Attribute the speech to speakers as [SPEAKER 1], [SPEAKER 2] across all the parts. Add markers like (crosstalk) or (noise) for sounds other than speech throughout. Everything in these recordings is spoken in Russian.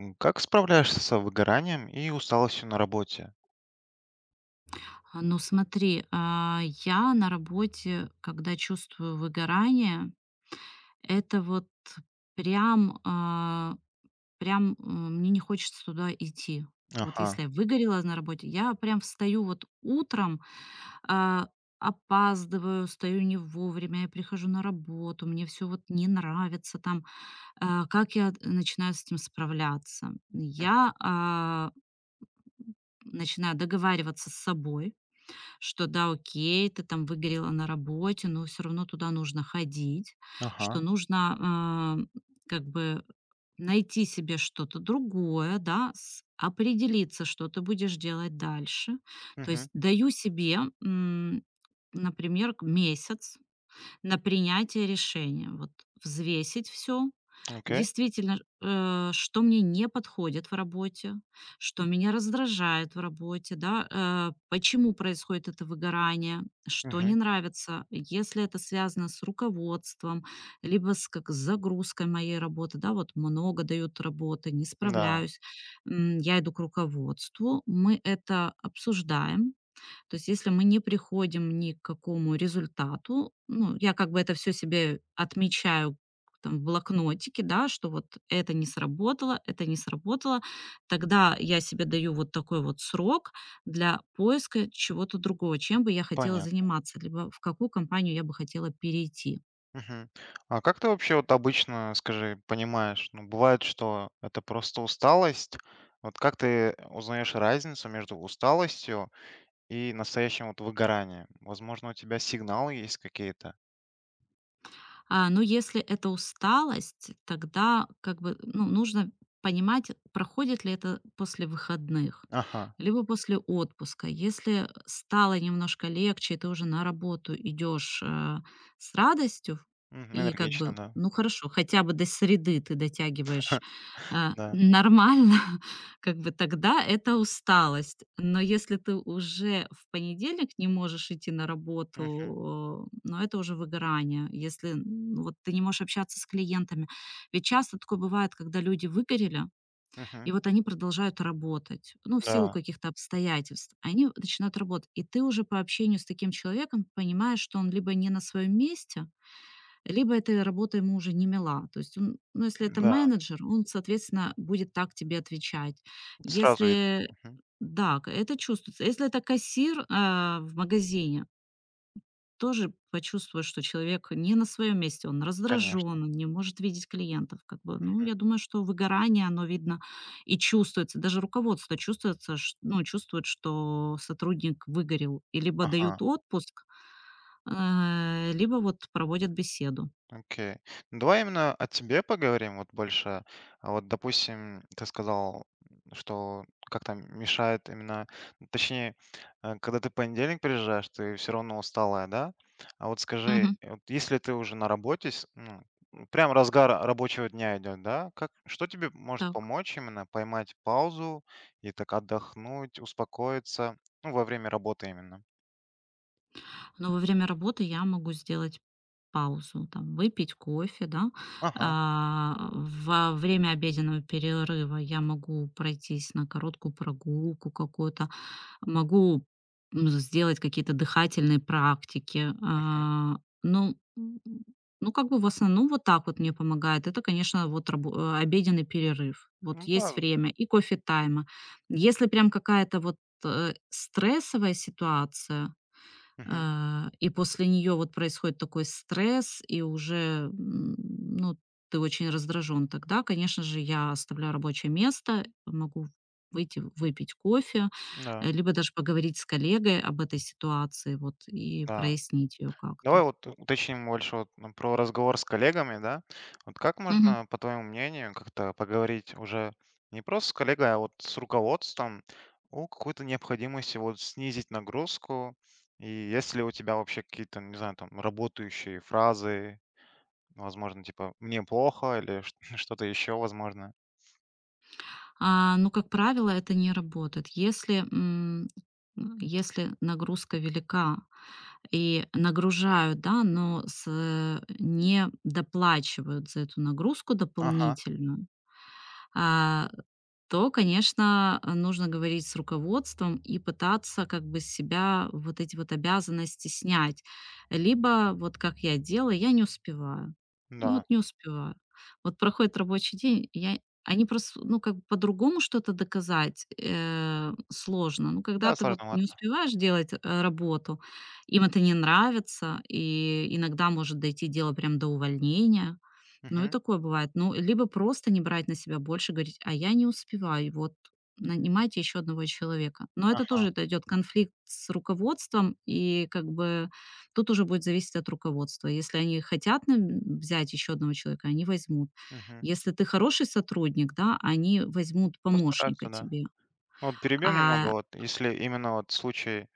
[SPEAKER 1] Как справляешься с выгоранием и усталостью на работе?
[SPEAKER 2] Ну смотри, я на работе, когда чувствую выгорание, это вот прям, прям мне не хочется туда идти. Вот
[SPEAKER 1] Ага,
[SPEAKER 2] если я выгорела на работе, я прям встаю вот утром, а, опаздываю, стою не вовремя, я прихожу на работу, мне все вот не нравится там. Как я начинаю с этим справляться?
[SPEAKER 1] м,
[SPEAKER 2] Я начинаю договариваться с собой, что да, окей, ты там выгорела на работе, но все равно туда нужно ходить,
[SPEAKER 1] ага,
[SPEAKER 2] что нужно, как бы найти себе что-то другое, да, с определиться, что ты будешь делать дальше. То
[SPEAKER 1] мгм,
[SPEAKER 2] есть даю себе, например, к месяц на принятие решения. Вот взвесить все.
[SPEAKER 1] окей,
[SPEAKER 2] Действительно, что мне не подходит в работе, что меня раздражает в работе, да, почему происходит это выгорание, что не
[SPEAKER 1] мгм,
[SPEAKER 2] нравится. Если это связано с руководством, либо с загрузкой моей работы, да, вот много дают работы, не
[SPEAKER 1] да,
[SPEAKER 2] справляюсь, я иду к руководству, мы это обсуждаем, то есть если мы не приходим ни к какому результату, ну, я как бы это все себе отмечаю там в блокнотике, да, что вот это не сработало, тогда я себе даю вот такой вот срок для поиска чего-то другого, чем бы я хотела
[SPEAKER 1] понятно.
[SPEAKER 2] заниматься, либо в какую компанию я бы хотела перейти.
[SPEAKER 1] Мгм. А как ты вообще вот обычно, скажи, понимаешь, ну, бывает, что это просто усталость. Вот как ты узнаешь разницу между усталостью и настоящим вот выгоранием? Возможно, у тебя сигналы есть какие-то?
[SPEAKER 2] Но если это усталость, тогда как бы, ну, нужно понимать, проходит ли это после выходных,
[SPEAKER 1] Ага,
[SPEAKER 2] либо после отпуска. Если стало немножко легче, и ты уже на работу идешь с радостью, и как
[SPEAKER 1] энергично,
[SPEAKER 2] бы,
[SPEAKER 1] да,
[SPEAKER 2] ну, хорошо, хотя бы до среды ты дотягиваешь
[SPEAKER 1] да.
[SPEAKER 2] нормально. (laughs) Как бы тогда это усталость. Но если ты уже в понедельник не можешь идти на
[SPEAKER 1] Мгм,
[SPEAKER 2] работу, ну, это уже выгорание. Если, ну, вот ты не можешь общаться с клиентами. Ведь часто такое бывает, когда люди выгорели,
[SPEAKER 1] мгм,
[SPEAKER 2] и вот они продолжают работать, ну, в силу
[SPEAKER 1] да,
[SPEAKER 2] каких-то обстоятельств. Они начинают работать. И ты уже по общению с таким человеком понимаешь, что он либо не на своем месте, либо эта работа ему уже не мила. То есть он, ну, если это
[SPEAKER 1] да,
[SPEAKER 2] менеджер, он, соответственно, будет так тебе отвечать.
[SPEAKER 1] сразу видно.
[SPEAKER 2] Если
[SPEAKER 1] Мгм.
[SPEAKER 2] да, это чувствуется. Если это кассир в магазине, тоже почувствуешь, что человек не на своем месте, он
[SPEAKER 1] Конечно.
[SPEAKER 2] раздражен, он не может видеть клиентов. Как бы. Ну,
[SPEAKER 1] Мгм.
[SPEAKER 2] я думаю, что выгорание, оно видно и чувствуется. Даже руководство ну, чувствует, что сотрудник выгорел. И либо
[SPEAKER 1] Ага.
[SPEAKER 2] дают отпуск, либо вот проводят беседу.
[SPEAKER 1] Окей. Ну, давай именно о тебе поговорим вот больше. А вот, допустим, ты сказал, что как то мешает именно, ну, точнее, когда ты понедельник приезжаешь, ты все равно усталая, да? А вот скажи,
[SPEAKER 2] Мгм.
[SPEAKER 1] вот если ты уже на работе, ну, прям разгар рабочего дня идет, да? Как, что тебе может
[SPEAKER 2] Так.
[SPEAKER 1] помочь именно поймать паузу и так отдохнуть, успокоиться, ну, во время работы именно?
[SPEAKER 2] Но во время работы я могу сделать паузу, там, выпить кофе, да.
[SPEAKER 1] Ага.
[SPEAKER 2] Во время обеденного перерыва я могу пройтись на короткую прогулку какую-то, могу сделать какие-то дыхательные практики.
[SPEAKER 1] Мгм.
[SPEAKER 2] Ну, ну, как бы в основном вот так вот мне помогает. Это, конечно, вот обеденный перерыв. Вот
[SPEAKER 1] Ну да.
[SPEAKER 2] есть время и кофе тайма. Если прям какая-то вот стрессовая ситуация,
[SPEAKER 1] Мгм.
[SPEAKER 2] и после нее вот происходит такой стресс, и уже, ну, ты очень раздражен. Тогда, конечно же, я оставляю рабочее место, могу выйти выпить кофе,
[SPEAKER 1] Да.
[SPEAKER 2] либо даже поговорить с коллегой об этой ситуации вот и
[SPEAKER 1] Да.
[SPEAKER 2] прояснить ее как-то.
[SPEAKER 1] Давай вот уточним больше вот, ну, про разговор с коллегами, да. Вот как
[SPEAKER 2] Мгм.
[SPEAKER 1] можно, по твоему мнению, как-то поговорить уже не просто с коллегой, а вот с руководством о какой-то необходимости вот снизить нагрузку? И есть ли у тебя вообще какие-то, не знаю, там, работающие фразы, возможно, типа "мне плохо" или ш (laughs) что-то еще, возможно?
[SPEAKER 2] Ну, как правило, это не работает. Если, м, м, если нагрузка велика. И нагружают, да, но не доплачивают за эту нагрузку
[SPEAKER 1] Ага,
[SPEAKER 2] дополнительную. А, То, конечно, нужно говорить с руководством и пытаться как бы с себя вот эти вот обязанности снять. Либо вот как я делаю, я не успеваю. Ну вот
[SPEAKER 1] да.
[SPEAKER 2] не успеваю. Вот проходит рабочий день, я они просто, ну, как бы по-другому что-то доказать сложно. Ну, когда
[SPEAKER 1] Да,
[SPEAKER 2] ты вот не
[SPEAKER 1] сложновато.
[SPEAKER 2] успеваешь делать работу, им это не нравится, и иногда может дойти дело прям до увольнения, ну, и
[SPEAKER 1] Мгм.
[SPEAKER 2] такое бывает. Ну, либо просто не брать на себя больше, говорить: "А я не успеваю, вот нанимайте еще одного человека". Но это
[SPEAKER 1] Ага.
[SPEAKER 2] тоже это идет конфликт с руководством, и как бы тут уже будет зависеть от руководства. Если они хотят нам взять еще одного человека, они возьмут.
[SPEAKER 1] Мгм.
[SPEAKER 2] Если ты хороший сотрудник, да, они возьмут помощника
[SPEAKER 1] Постараться, да.
[SPEAKER 2] тебе.
[SPEAKER 1] Вот перебью немного.
[SPEAKER 2] А,
[SPEAKER 1] Вот если именно вот случай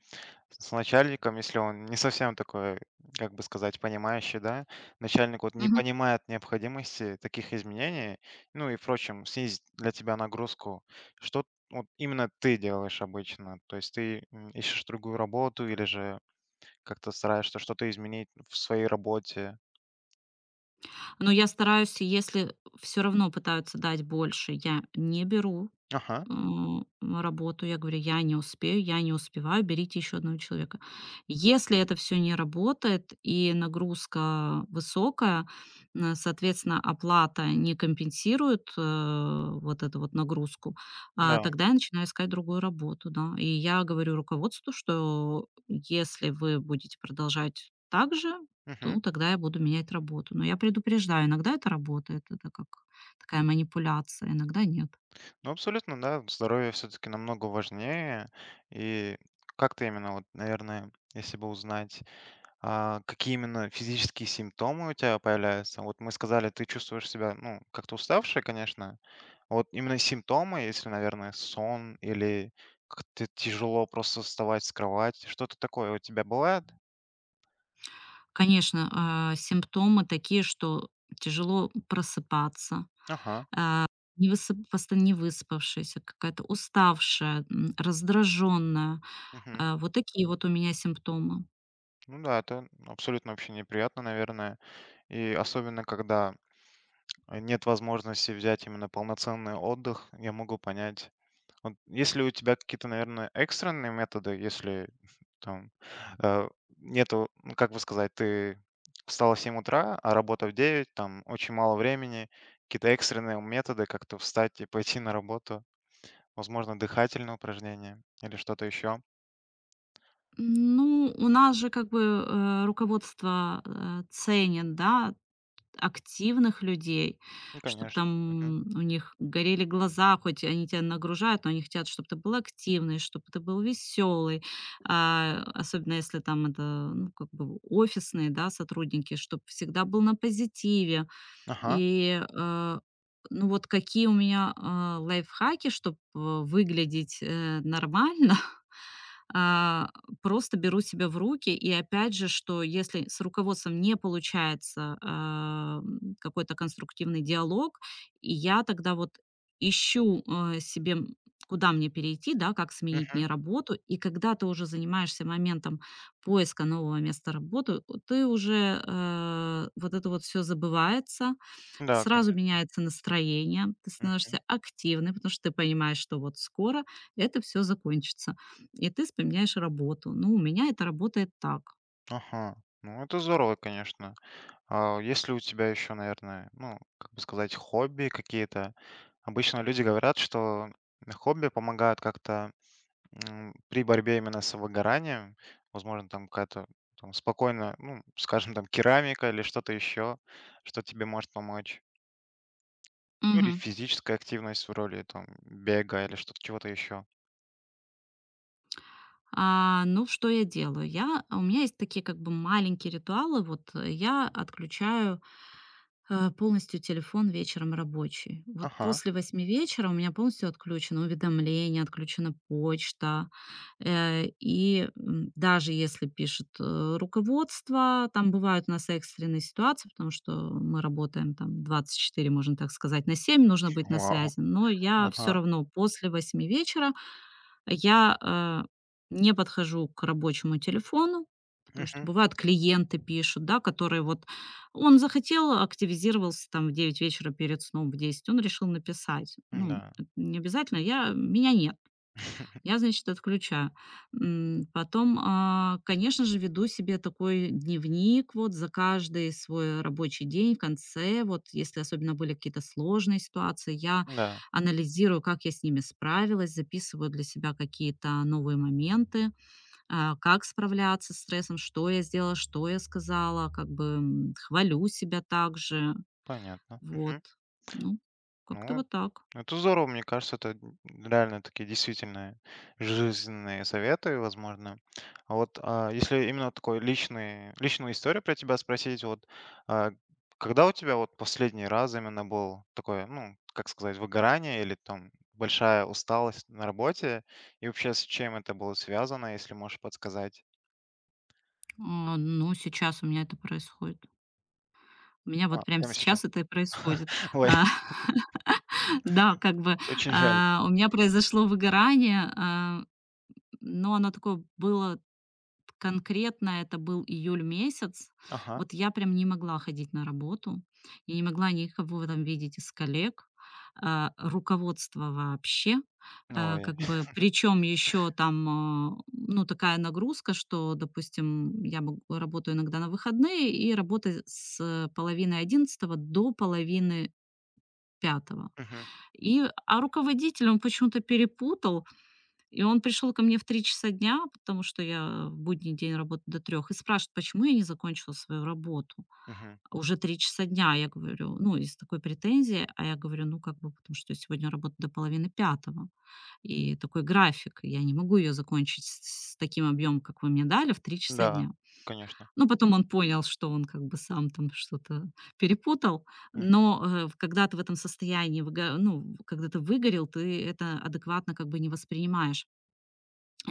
[SPEAKER 1] с начальником, если он не совсем такой, как бы сказать, понимающий, да, начальник вот не
[SPEAKER 2] Мгм.
[SPEAKER 1] понимает необходимости таких изменений, ну и, впрочем, снизить для тебя нагрузку, что вот именно ты делаешь обычно? То есть ты ищешь другую работу или же как-то стараешься что-то изменить в своей работе?
[SPEAKER 2] Но я стараюсь, если все равно пытаются дать больше, я не беру.
[SPEAKER 1] Ага,
[SPEAKER 2] М, работу. Я говорю: "Я не успею, я не успеваю, берите еще одного человека". Если это все не работает и нагрузка высокая, соответственно, оплата не компенсирует, вот эту вот нагрузку,
[SPEAKER 1] да.
[SPEAKER 2] тогда я начинаю искать другую работу, да. И я говорю руководству, что если вы будете продолжать так же,
[SPEAKER 1] Мгм.
[SPEAKER 2] то тогда я буду менять работу. Но я предупреждаю, иногда это работает, это как такая манипуляция, иногда нет.
[SPEAKER 1] Ну, абсолютно, да, здоровье все-таки намного важнее. И как ты именно, вот, наверное, если бы узнать, а какие именно физические симптомы у тебя появляются? Вот мы сказали, ты чувствуешь себя, ну, как-то уставшей, конечно. А вот именно симптомы, если, наверное, сон или как-то тяжело просто вставать с кровати, что-то такое у тебя бывает?
[SPEAKER 2] Конечно, симптомы такие, что тяжело просыпаться,
[SPEAKER 1] Ага,
[SPEAKER 2] не высып поста не выспавшаяся, какая-то уставшая, раздраженная.
[SPEAKER 1] мгм.
[SPEAKER 2] Вот такие вот у меня симптомы.
[SPEAKER 1] Ну да, это абсолютно вообще неприятно, наверное. И особенно, когда нет возможности взять именно полноценный отдых, я могу понять. Вот если у тебя какие-то, наверное, экстренные методы, если (laughs) там э, нету, ну, как бы сказать, ты встала в 7 утра, а работа в 9, там очень мало времени, какие-то экстренные методы, как-то встать и пойти на работу, возможно, дыхательное упражнение или что-то еще.
[SPEAKER 2] Ну, у нас же как бы, руководство, ценит, да, активных людей,
[SPEAKER 1] Ну,
[SPEAKER 2] чтобы
[SPEAKER 1] конечно. Мгм.
[SPEAKER 2] там у них горели глаза, хоть они тебя нагружают, но они хотят, чтобы ты был активный, чтобы ты был веселый, особенно если там это, ну, как бы офисные, да, сотрудники, чтобы всегда был на позитиве,
[SPEAKER 1] Ага.
[SPEAKER 2] и, ну, вот какие у меня, лайфхаки, чтобы выглядеть, нормально. (laughs) А, просто беру себя в руки. И опять же, что если с руководством не получается, какой-то конструктивный диалог, и я тогда вот ищу, себе, куда мне перейти, да, как сменить
[SPEAKER 1] Мгм.
[SPEAKER 2] мне работу. И когда ты уже занимаешься моментом поиска нового места работы, ты уже, вот это вот все забывается.
[SPEAKER 1] Да,
[SPEAKER 2] Сразу
[SPEAKER 1] конечно.
[SPEAKER 2] меняется настроение, ты становишься
[SPEAKER 1] Мгм.
[SPEAKER 2] активной, потому что ты понимаешь, что вот скоро это все закончится, и ты вспоминаешь работу. Ну, у меня это работает так.
[SPEAKER 1] Ага. Ну, это здорово, конечно. А есть ли у тебя еще, наверное, ну, как бы сказать, хобби какие-то? Обычно люди говорят, что хобби помогают как-то при борьбе именно с выгоранием. Возможно, там какая-то там, спокойно, ну, скажем, там керамика или что-то еще, что тебе может помочь. Ну, или
[SPEAKER 2] Мгм.
[SPEAKER 1] физическая активность в роли там бега или что-то чего-то еще.
[SPEAKER 2] Ну, что я делаю? У меня есть такие как бы маленькие ритуалы. Вот я отключаю полностью телефон вечером рабочий. Вот
[SPEAKER 1] Ага.
[SPEAKER 2] после 8 вечера у меня полностью отключено уведомление, отключена почта. И даже если пишет руководство, там бывают у нас экстренные ситуации, потому что мы работаем там 24, можно так сказать, на 7, нужно быть на
[SPEAKER 1] Вау.
[SPEAKER 2] связи, но я
[SPEAKER 1] Ага.
[SPEAKER 2] все равно после 8 вечера я, э, не подхожу к рабочему телефону, потому что
[SPEAKER 1] Мгм.
[SPEAKER 2] бывают клиенты пишут, да, которые вот он захотел, активизировался там в 9 вечера перед сном, в 10, он решил написать. Ну,
[SPEAKER 1] Да.
[SPEAKER 2] это не обязательно, я меня нет.
[SPEAKER 1] (laughs)
[SPEAKER 2] Я, значит, отключаю. Потом, конечно же, веду себе такой дневник вот за каждый свой рабочий день в конце. Вот если особенно были какие-то сложные ситуации, я
[SPEAKER 1] Да,
[SPEAKER 2] анализирую, как я с ними справилась, записываю для себя какие-то новые моменты, как справляться с стрессом, что я сделала, что я сказала, как бы хвалю себя также.
[SPEAKER 1] понятно.
[SPEAKER 2] Вот.
[SPEAKER 1] Мгм.
[SPEAKER 2] Ну, как-то
[SPEAKER 1] Ну,
[SPEAKER 2] вот так.
[SPEAKER 1] это здорово, мне кажется, это реально такие действительно жизненные советы, возможно. А вот если именно вот такой личный, личную историю про тебя спросить, вот а, когда у тебя вот последний раз именно был такое, ну, как сказать, выгорание или там большая усталость на работе, и вообще с чем это было связано, если можешь подсказать?
[SPEAKER 2] Ну, сейчас у меня это происходит. У меня вот
[SPEAKER 1] А,
[SPEAKER 2] прямо
[SPEAKER 1] прямо сейчас.
[SPEAKER 2] сейчас это и
[SPEAKER 1] (laughs)
[SPEAKER 2] происходит.
[SPEAKER 1] Ой,
[SPEAKER 2] А, (laughs) да, как бы,
[SPEAKER 1] очень жаль.
[SPEAKER 2] у меня произошло выгорание, но оно такое было. Конкретно это был июль месяц.
[SPEAKER 1] Ага.
[SPEAKER 2] Вот я прям не могла ходить на работу. Я не могла никого там видеть из коллег, руководство вообще.
[SPEAKER 1] Ой.
[SPEAKER 2] Как бы, причем еще там, ну, такая нагрузка, что, допустим, работаю иногда на выходные, и работа с половины одиннадцатого до половины пятого.
[SPEAKER 1] Мгм,
[SPEAKER 2] И руководитель, он почему-то перепутал, и он пришел ко мне в 3 часа дня, потому что я в будний день работаю до 3 и спрашивает, почему я не закончила свою работу.
[SPEAKER 1] мгм.
[SPEAKER 2] Уже 3 часа дня, я говорю, ну, из такой претензии, а я говорю, ну, как бы, потому что я сегодня работаю до половины пятого и такой график, я не могу ее закончить с таким объемом, как вы мне дали, в три часа
[SPEAKER 1] Да,
[SPEAKER 2] дня.
[SPEAKER 1] конечно.
[SPEAKER 2] Ну, потом он понял, что он как бы сам там что-то перепутал,
[SPEAKER 1] Мгм.
[SPEAKER 2] но, э, в когда ты в этом состоянии выго ну, когда ты выгорел, ты это адекватно как бы не воспринимаешь.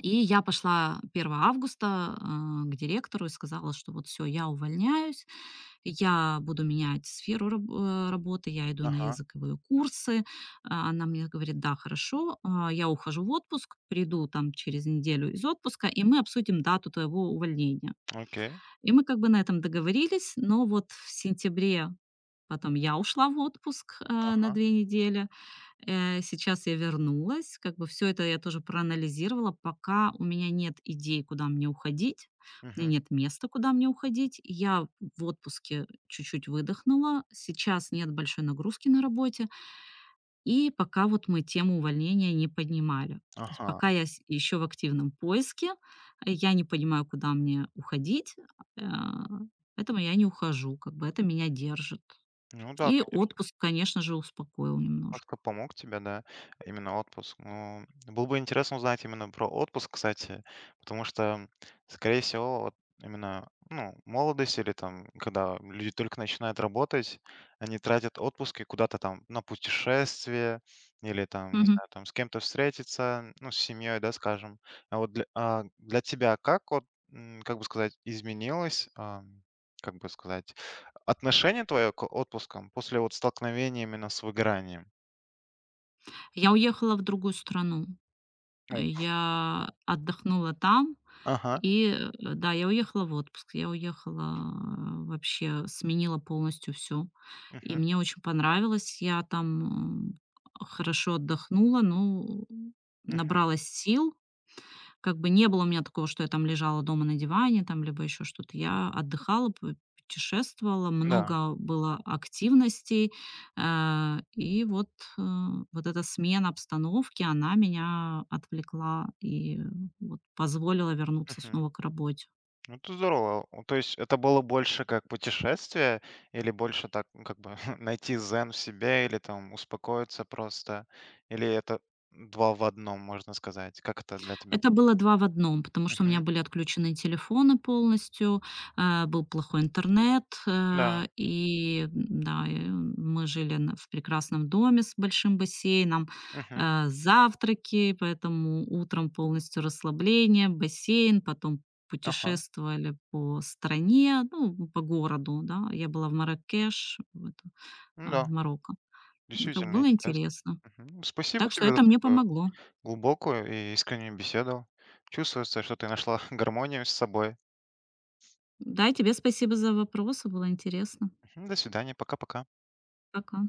[SPEAKER 2] И я пошла 1 августа, к директору и сказала, что вот все, я увольняюсь, я буду менять сферу работы, я иду на
[SPEAKER 1] Ага,
[SPEAKER 2] языковые курсы. Она мне говорит: "Да, хорошо, я ухожу в отпуск, приду там через неделю из отпуска, и мы обсудим дату твоего увольнения".
[SPEAKER 1] окей.
[SPEAKER 2] И мы как бы на этом договорились, но вот в сентябре потом я ушла в отпуск, на
[SPEAKER 1] Ага.
[SPEAKER 2] 2 недели. Сейчас я вернулась. Как бы все это я тоже проанализировала. Пока у меня нет идей, куда мне уходить, у меня
[SPEAKER 1] Мгм.
[SPEAKER 2] нет места, куда мне уходить. Я в отпуске чуть-чуть выдохнула. Сейчас нет большой нагрузки на работе. И пока вот мы тему увольнения не поднимали. То есть
[SPEAKER 1] Ага.
[SPEAKER 2] пока я еще в активном поиске, я не понимаю, куда мне уходить, э, поэтому я не ухожу, как бы это меня держит.
[SPEAKER 1] Ну да,
[SPEAKER 2] И отпуск, конечно же, успокоил немножко.
[SPEAKER 1] как-то помог тебе, да, именно отпуск. Ну, было бы интересно узнать именно про отпуск, кстати, потому что, скорее всего, вот именно ну, молодость или там, когда люди только начинают работать, они тратят отпуски куда-то там на путешествие или там, не
[SPEAKER 2] Мгм.
[SPEAKER 1] знаю, там с кем-то встретиться, ну, с семьей, да, скажем. А вот для, а для тебя как вот, как бы сказать, изменилось, как бы сказать, отношение твое к отпускам после вот столкновения именно с выгоранием?
[SPEAKER 2] Я уехала в другую страну.
[SPEAKER 1] О,
[SPEAKER 2] Я отдохнула там.
[SPEAKER 1] ага,
[SPEAKER 2] И, да, я уехала в отпуск. Я уехала, вообще сменила полностью все. И
[SPEAKER 1] мгм,
[SPEAKER 2] мне очень понравилось. Я там, м, хорошо отдохнула, ну,
[SPEAKER 1] мгм,
[SPEAKER 2] набралась сил. Как бы не было у меня такого, что я там лежала дома на диване, там, либо еще что-то. Я отдыхала, п путешествовала,
[SPEAKER 1] да,
[SPEAKER 2] много было активностей. И вот, э, вот эта смена обстановки, она меня отвлекла, и вот позволила вернуться
[SPEAKER 1] мгм.
[SPEAKER 2] снова к работе.
[SPEAKER 1] Ну, это здорово. Ну, то есть это было больше как путешествие или больше так, ну, как бы (laughs) найти дзен в себе или там успокоиться просто? Или это два в одном, можно сказать? Как это для тебя
[SPEAKER 2] Это
[SPEAKER 1] было?
[SPEAKER 2] было 2 в одном, потому что у меня
[SPEAKER 1] Мгм,
[SPEAKER 2] были отключены телефоны полностью, был плохой интернет,
[SPEAKER 1] да,
[SPEAKER 2] мы жили на в прекрасном доме с большим бассейном,
[SPEAKER 1] мгм,
[SPEAKER 2] завтраки, поэтому утром полностью расслабление, бассейн, потом
[SPEAKER 1] ага,
[SPEAKER 2] путешествовали по стране, ну, по городу, да. Я была в Марракеш,
[SPEAKER 1] ну
[SPEAKER 2] в
[SPEAKER 1] да,
[SPEAKER 2] Марокко. Как
[SPEAKER 1] действительно
[SPEAKER 2] было
[SPEAKER 1] интересно.
[SPEAKER 2] интересно.
[SPEAKER 1] Мгм. Спасибо
[SPEAKER 2] Так что
[SPEAKER 1] тебе за
[SPEAKER 2] это мне
[SPEAKER 1] такую
[SPEAKER 2] помогло.
[SPEAKER 1] глубокую и искреннюю беседу. Чувствуется, что ты нашла (laughs) гармонию с собой.
[SPEAKER 2] Да, и тебе спасибо за вопросы, было интересно.
[SPEAKER 1] Мгм. До свидания, пока-пока.
[SPEAKER 2] Пока.